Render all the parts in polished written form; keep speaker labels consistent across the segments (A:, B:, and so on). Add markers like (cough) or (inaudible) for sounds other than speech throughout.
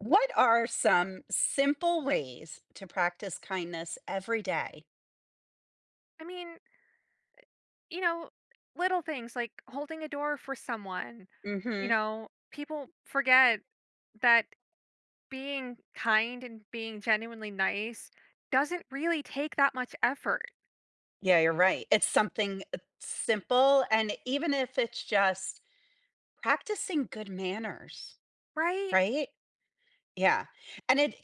A: What are some simple ways to practice kindness every day?
B: I mean, you know, little things like holding a door for someone. You
A: Mm-hmm.
B: know, people forget that being kind and being genuinely nice doesn't really take that much effort,
A: Yeah, you're right. It's something simple. And even if it's just practicing good manners,
B: right?
A: right? Yeah. And it,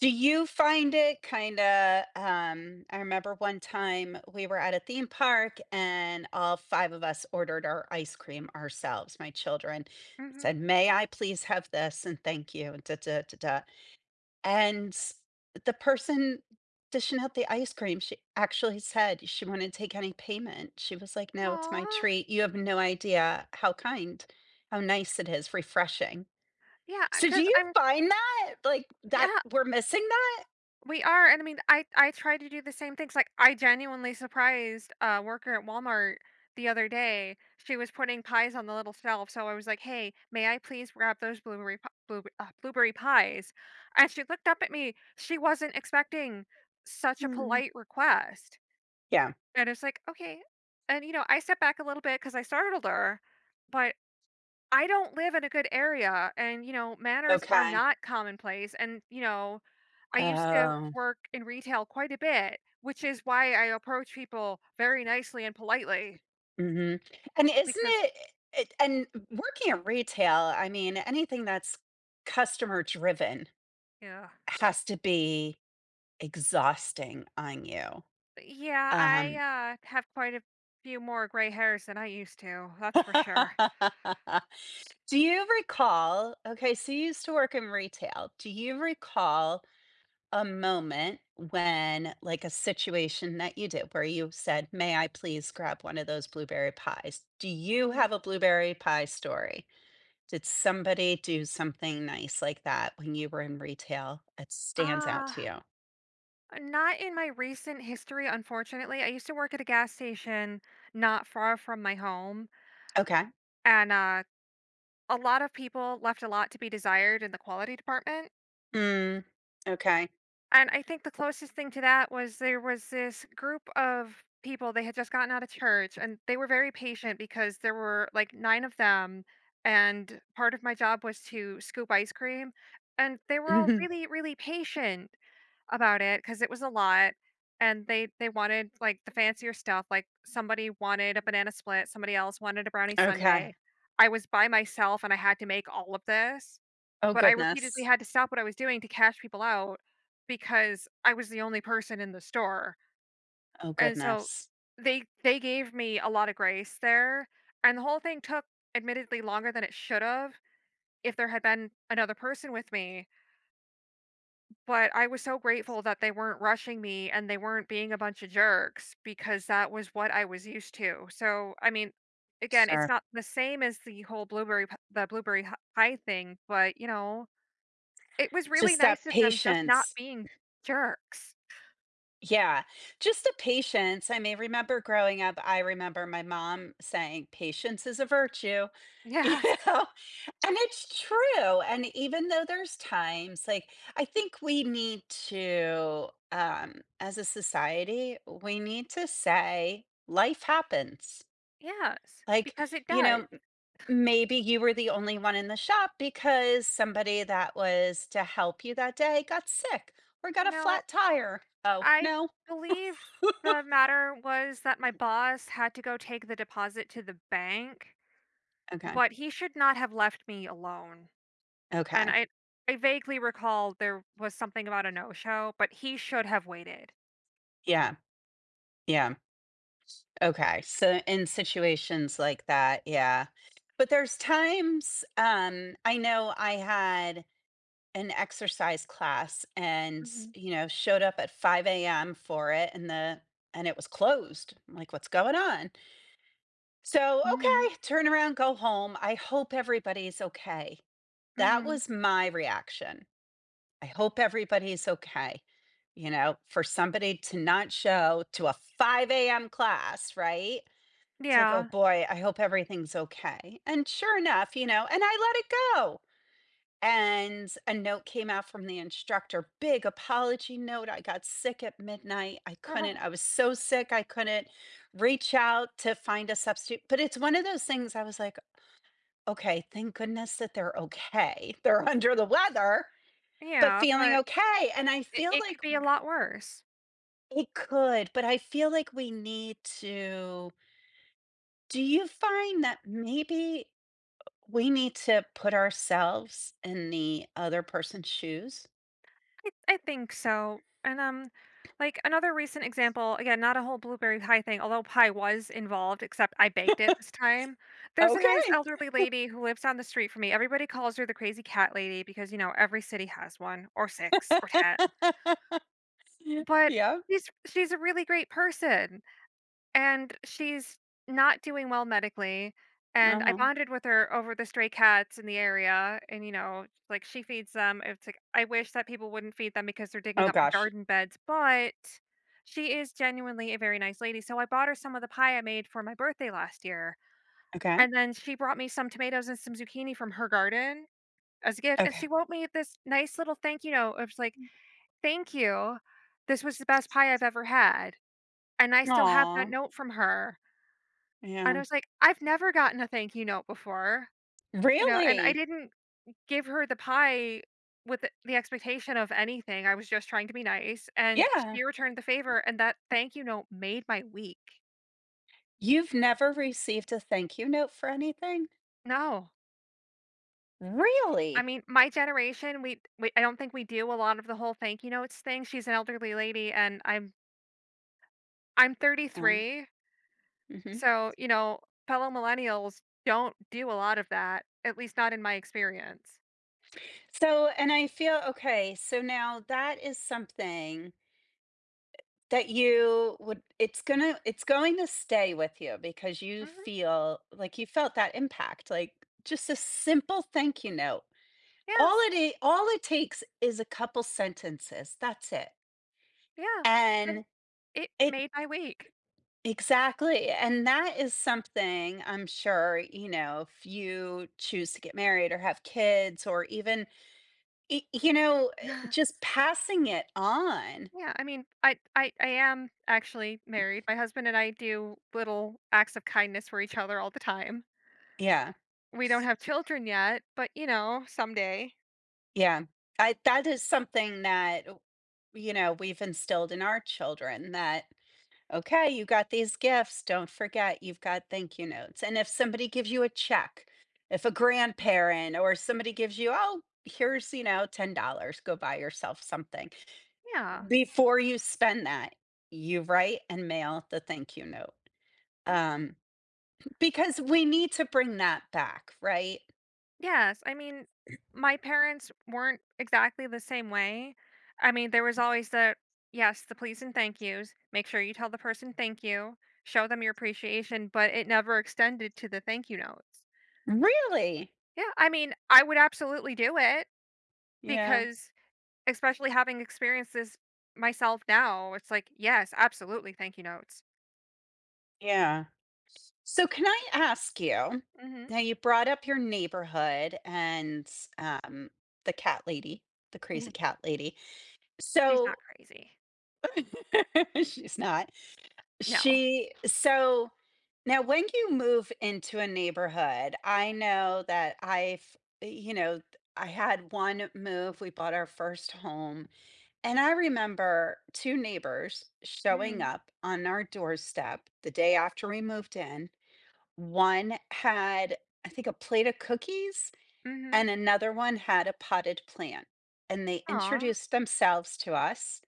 A: do you find it kind of? I remember one time we were at a theme park and all five of us ordered our ice cream ourselves. My children
B: Mm hmm.
A: said, "May I please have this? And thank you. And da, da, da, da." And the person dishing out the ice cream, she actually said she wouldn't take any payment. She was like, "No, it's
B: Aw,
A: my treat. You have no idea how kind, how nice it is, refreshing."
B: yeah,
A: So do
B: because
A: you
B: I'm
A: find that, like, that
B: yeah,
A: we're missing that?
B: we are, and I mean, I try to do the same things. Like, I genuinely surprised a worker at Walmart the other day. She was putting pies on the little shelf, so I was like, "Hey, may I please grab those blueberry pies?" And she looked up at me. She wasn't expecting such a
A: Mm.
B: polite request,
A: Yeah,
B: and it's like, okay. And you know, I stepped back a little bit because I startled her, but I don't live in a good area and, you know, manners are
A: okay.
B: not commonplace and, you know, I used to
A: Oh,
B: work in retail quite a bit, which is why I approach people very nicely and politely
A: mhm. And isn't
B: because
A: it it and working in retail, I mean, anything that's customer driven
B: yeah.
A: has to be exhausting on you.
B: But yeah,
A: Um,
B: I have quite a few more gray hairs than I used to. That's for sure.
A: (laughs) do you recall, okay, so you used to work in retail. Do you recall a moment when, like, a situation that you did where you said, "May I please grab one of those blueberry pies?" Do you
B: Mhm.
A: have a blueberry pie story? Did somebody do something nice like that when you were in retail that stands out
B: Ah,
A: to you?
B: not in my recent history, unfortunately. I used to work at a gas station not far from my home,
A: Okay.
B: and a lot of people left a lot to be desired in the quality department.
A: Mm, okay.
B: And I think the closest thing to that was there was this group of people. They had just gotten out of church and they were very patient because there were like nine of them. And part of my job was to scoop ice cream. And they were all
A: (laughs)
B: really, really patient about it because it was a lot. And they wanted like the fancier stuff. Like somebody wanted a banana split, somebody else wanted a brownie
A: Okay.
B: sundae. I was by myself and I had to make all of this,
A: Oh
B: but I repeatedly
A: goodness.
B: had to stop what I was doing to cash people out because I was the only person in the store,
A: Oh
B: and so
A: goodness.
B: they gave me a lot of grace there, and the whole thing took admittedly longer than it should have if there had been another person with me, but I was so grateful that they weren't rushing me and they weren't being a bunch of jerks because that was what I was used to. So, I mean, again, it's
A: Sure.
B: not the same as the whole the blueberry pie thing, but it was really
A: Just
B: nice
A: that
B: of them just not
A: patience.
B: being jerks.
A: Yeah, just the patience. I mean, remember growing up, I remember my mom saying, "Patience is a virtue," (laughs) you
B: Yes,
A: know? And it's true, and even though there's times, like, I think we need to, as a society, we need to say, "Life happens."
B: yes,
A: Like,
B: because it
A: you
B: does.
A: know, m maybe you were the only one in the shop because somebody that was to help you that day got sick or got a
B: No,
A: flat tire. Oh,
B: I
A: no?
B: believe the
A: (laughs)
B: matter was that my boss had to go take the deposit to the bank,
A: Okay,
B: but he should not have left me alone. And
A: okay.
B: I vaguely recall there was something about a no-show, but he should have waited.
A: Yeah, yeah, okay. So, in situations like that, yeah. But there's times, I know I had an exercise class and,
B: Mhm.
A: you know, showed up at 5 a.m. for it and the and it was closed. I'm like, "What's going on?" So,
B: Mhm.
A: okay, turn around, go home. I hope everybody's okay. That
B: Mhm.
A: was my reaction. I hope everybody's okay. You know, for somebody to not show to a 5 a.m. class, right? It's like, oh
B: Yeah.
A: boy, I hope everything's okay. And sure enough, you know, and I let it go. And a note came out from the instructor, big apology note. I got sick at midnight. I couldn't, I
B: (laughs)
A: was so sick, I couldn't reach out to find a substitute. But it's one of those things I was like, okay, thank goodness that they're okay. (laughs) They're under the weather, but
B: Yeah,
A: feeling
B: but
A: okay. And I
B: it
A: feel
B: could
A: like
B: be a lot worse.
A: it could, but I feel like we need to. Do you find that maybe we need to put ourselves in the other person's shoes?
B: I think so. And like another recent example, again, not a whole blueberry pie thing, although pie was involved, except I baked it this time. There's a nice
A: Okay.
B: elderly lady who lives down the street from me. Everybody calls her the crazy cat lady because, you know, every city has one or six or ten.
A: (laughs)
B: But
A: Yeah.
B: she's a really great person. And she's not doing well medically, and I
A: Uh-huh.
B: bonded with her over the stray cats in the area, and, you know, like, she feeds them. It's like, I wish that people wouldn't feed them because they're digging
A: Oh
B: up my
A: gosh.
B: garden beds, but she is genuinely a very nice lady, so I bought her some of the pie I made for my birthday last year,
A: Okay.
B: and then she brought me some tomatoes and some zucchini from her garden as a gift, and
A: Okay.
B: she wrote me this nice little thank you note. It was like, "Thank you. This was the best pie I've ever had," and I still have that
A: Aw,
B: note from her. And
A: yeah.
B: I was like, "I've never gotten a thank you note before," you know, and I
A: Really?
B: didn't give her the pie with the expectation of anything. I was just trying to be nice, and
A: Yeah.
B: she returned the favor, and that thank you note made my week.
A: You've never received a thank you note for anything?
B: No. I
A: Really?
B: mean, my generation, we I don't think we do a lot of the whole thank you notes thing. She's an elderly lady, and I'm
A: Uh,
B: 33.
A: mhm.
B: So, you know, fellow millennials don't do a lot of that, at least not in my experience.
A: So and I feel, okay, so now that is something that you would, it's going to stay with you because you
B: Hmm.
A: feel like you felt that impact, like just a simple thank you note. All
B: Yes.
A: it is, all it takes is a couple sentences, that's it.
B: Yeah. And
A: And
B: it
A: it
B: made my week. (sighs)
A: exactly, and that is something I'm sure, you know, if you choose to get married or have kids or even, y you know,
B: (laughs)
A: just passing it on.
B: Yeah, I mean, I am actually married. My husband and I do little acts of kindness for each other all the time.
A: Yeah,
B: We don't have children yet, but you know, someday.
A: yeah. I, that is something that, you know, we've instilled in our children that okay, you got these gifts. Don't forget, you've got thank you notes. And if somebody gives you a check, if a grandparent or somebody gives you, oh, here's, you know, $10, go buy yourself something.
B: Yeah.
A: Before you spend that, you write and mail the thank you note.
B: Uh,
A: Um, because we need to bring that back, right?
B: yes. I mean, my parents weren't exactly the same way. I mean, there was always the yes, the please and thank yous. Make sure you tell the person thank you, show them your appreciation, but it never extended to the thank you notes.
A: Really?
B: Yeah. I mean, I would absolutely do it
A: Yeah.
B: because, especially having experienced this myself now, it's like, yes, absolutely thank you notes.
A: Yeah. So, can I ask you?
B: Mm hmm.
A: Now, you brought up your neighborhood and um, the cat lady, the
B: Yeah.
A: crazy cat lady.
B: She's not
A: So,
B: crazy.
A: (laughs) she's not.
B: No.
A: She, so now when you move into a neighborhood, I know that I've, you know, I had one move. We bought our first home and I remember two neighbors showing
B: Mm
A: up on our doorstep the day after we moved in. One had, I think, a plate of cookies,
B: hmm. Mm
A: and another one had a potted plant, and they
B: hmm.
A: introduced themselves to us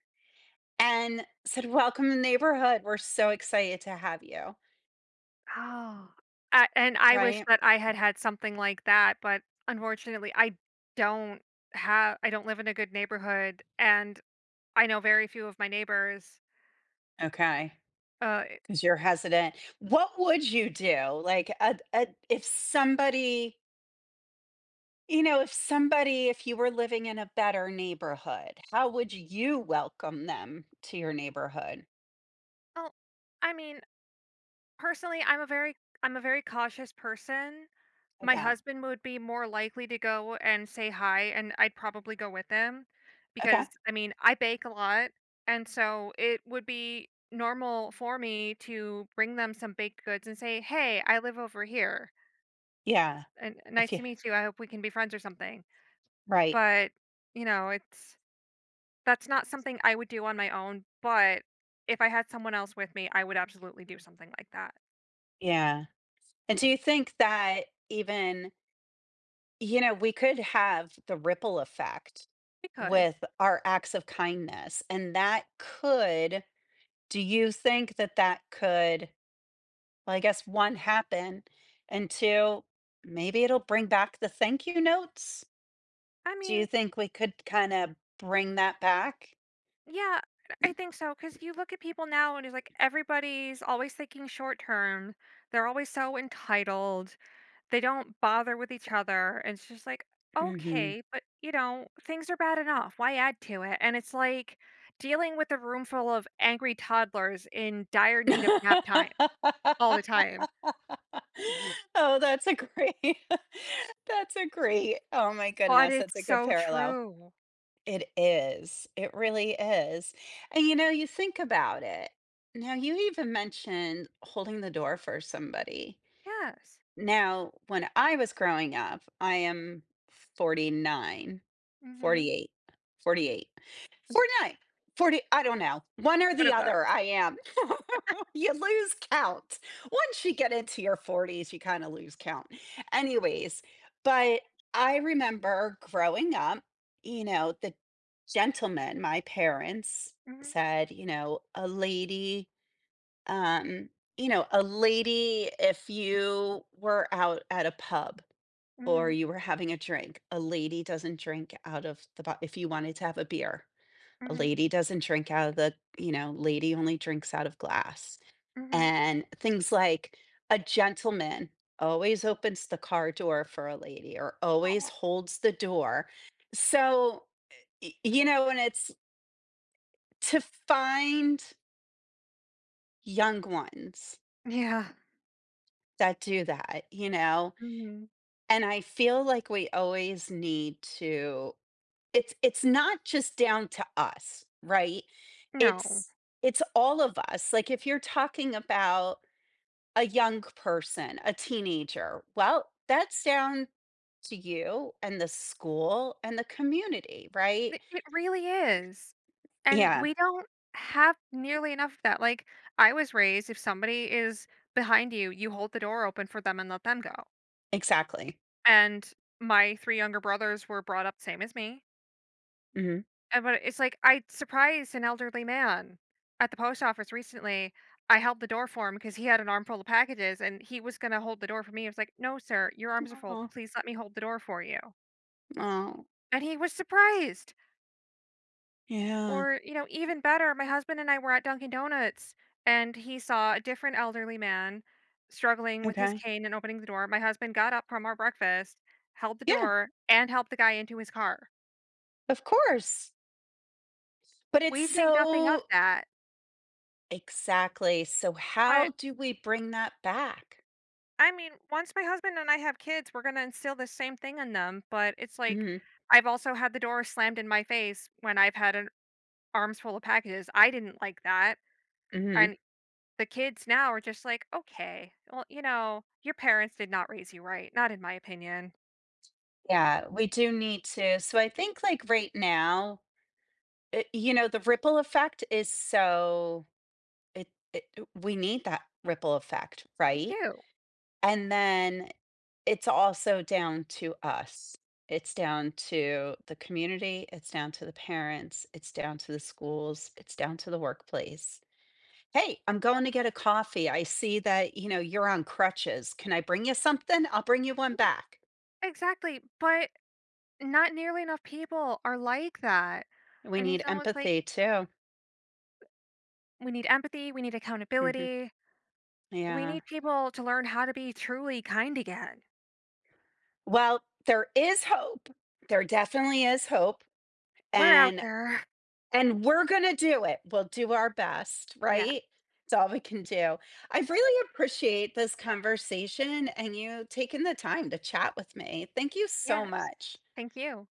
A: and said, "Welcome to the neighborhood. We're so excited to have you."
B: Oh, I and I wish
A: Right?
B: that I had had something like that, but unfortunately, I don't have I don't live in a good neighborhood, and I know very few of my neighbors.
A: Okay.
B: Uh, it-
A: Because 'cause you're hesitant. What would you do? Like, a if somebody, you know, if somebody, if you were living in a better neighborhood, how would you welcome them to your neighborhood?
B: well, I mean, personally, I'm a very cautious person. My
A: Okay.
B: husband would be more likely to go and say hi, and I'd probably go with him
A: Okay.
B: because I mean, I bake a lot, and so it would be normal for me to bring them some baked goods and say, "Hey, I live over here."
A: Yeah.
B: And nice
A: If you.
B: to meet you. I hope we can be friends or something.
A: Right.
B: But, you know, it's that's not something I would do on my own. But if I had someone else with me, I would absolutely do something like that.
A: Yeah. And do you think that even, you know, we could have the ripple effect
B: We could.
A: with our acts of kindness and that could, do you think that that could, well, I guess one, happen, and two, maybe it'll bring back the thank you notes?
B: I
A: Do
B: mean,
A: you think we could kinda bring that back?
B: yeah, I think so. Because you look at people now and it's like everybody's always thinking short term, they're always so entitled. They don't bother with each other, and it's just like,
A: Mhm.
B: "Okay, but, you know, things are bad enough, why add to it?" And it's like dealing with a room full of angry toddlers in dire need of nap time all the
A: (laughs)
B: time,
A: Oh, that's a great, (laughs) that's a great, oh my
B: but
A: goodness, that's
B: it's
A: a good
B: so
A: parallel.
B: true.
A: It is. It really is. And you know, you think about it. Now, you even mentioned holding the door for somebody.
B: Yes.
A: Now, when I was growing up, I am 49,
B: Mhm.
A: 48, 48. 49, 40, I don't know. One or
B: What
A: the
B: about
A: other, I am. (laughs) you lose count. Once you get into your 40s, you kind of lose count. Anyways, but I remember growing up, you know, the gentlemen, my parents
B: Mhm,
A: said, you know, a lady, um, you know, a lady, if you were out at a pub or
B: mhm,
A: you were having a drink, a lady doesn't drink out of the, if you wanted to have a beer, a
B: mhm,
A: lady doesn't drink out of the, you know, lady only drinks out of glass.
B: mhm.
A: And things like a gentleman always opens the car door for a lady or always
B: Aw.
A: holds the door. So, y you know, and it's to find young ones
B: Yeah.
A: that do that, you know?
B: Mhm.
A: And I feel like we always need to, it's not just down to us, right?
B: No.
A: It's it's all of us. Like, if you're talking about a young person, a teenager. Well, that's down to you and the school and the community, right?
B: It really is. And
A: Yeah,
B: we don't have nearly enough of that. Like, I was raised if somebody is behind you, you hold the door open for them and let them go.
A: exactly.
B: And my three younger brothers were brought up same as me.
A: Mhm.
B: And but it's like I surprised an elderly man at the post office recently. I held the door for him because he had an armful of packages and he was going to hold the door for me. I was like, "No, sir, your arms are full.
A: Oh,
B: Please let me hold the door for you."
A: oh,
B: And he was surprised.
A: yeah.
B: Or, you know, even better, my husband and I were at Dunkin' Donuts and he saw a different elderly man struggling with his
A: Okay.
B: cane and opening the door. My husband got up from our breakfast, held the
A: Yeah,
B: door, and helped the guy into his car.
A: of course. But it's
B: We think nothing of
A: so
B: that.
A: exactly. So
B: But
A: how do we bring that back?
B: I mean, once my husband and I have kids, we're going to instill the same thing in them. But it's like,
A: Mhm,
B: I've also had the door slammed in my face when I've had an arms full of packages. I didn't like that.
A: mhm.
B: And the kids now are just like, okay, well, you know, your parents did not raise you right. Not in my opinion.
A: Yeah, we do need to. So I think, like, right now, you know, the ripple effect is so, It we need that ripple effect,
B: We
A: right?
B: do.
A: And then it's also down to us. It's down to the community, it's down to the parents, it's down to the schools, it's down to the workplace. "Hey, I'm going to get a coffee. I see that, you know, you're on crutches. Can I bring you something? I'll bring you one back."
B: Exactly. But not nearly enough people are like that.
A: We
B: And
A: need
B: it's almost like
A: empathy too.
B: we need empathy, we need
A: Mhm.
B: accountability, we
A: Yeah.
B: need people to learn how to be truly kind again.
A: Well, there is hope. There definitely is hope,
B: We're out
A: and
B: there. (laughs)
A: And we're gonna do it. We'll do our best,
B: Yeah.
A: right? It's all we can do. I really appreciate this conversation and you taking the time to chat with me. Thank you so
B: Yes.
A: much.
B: Thank you.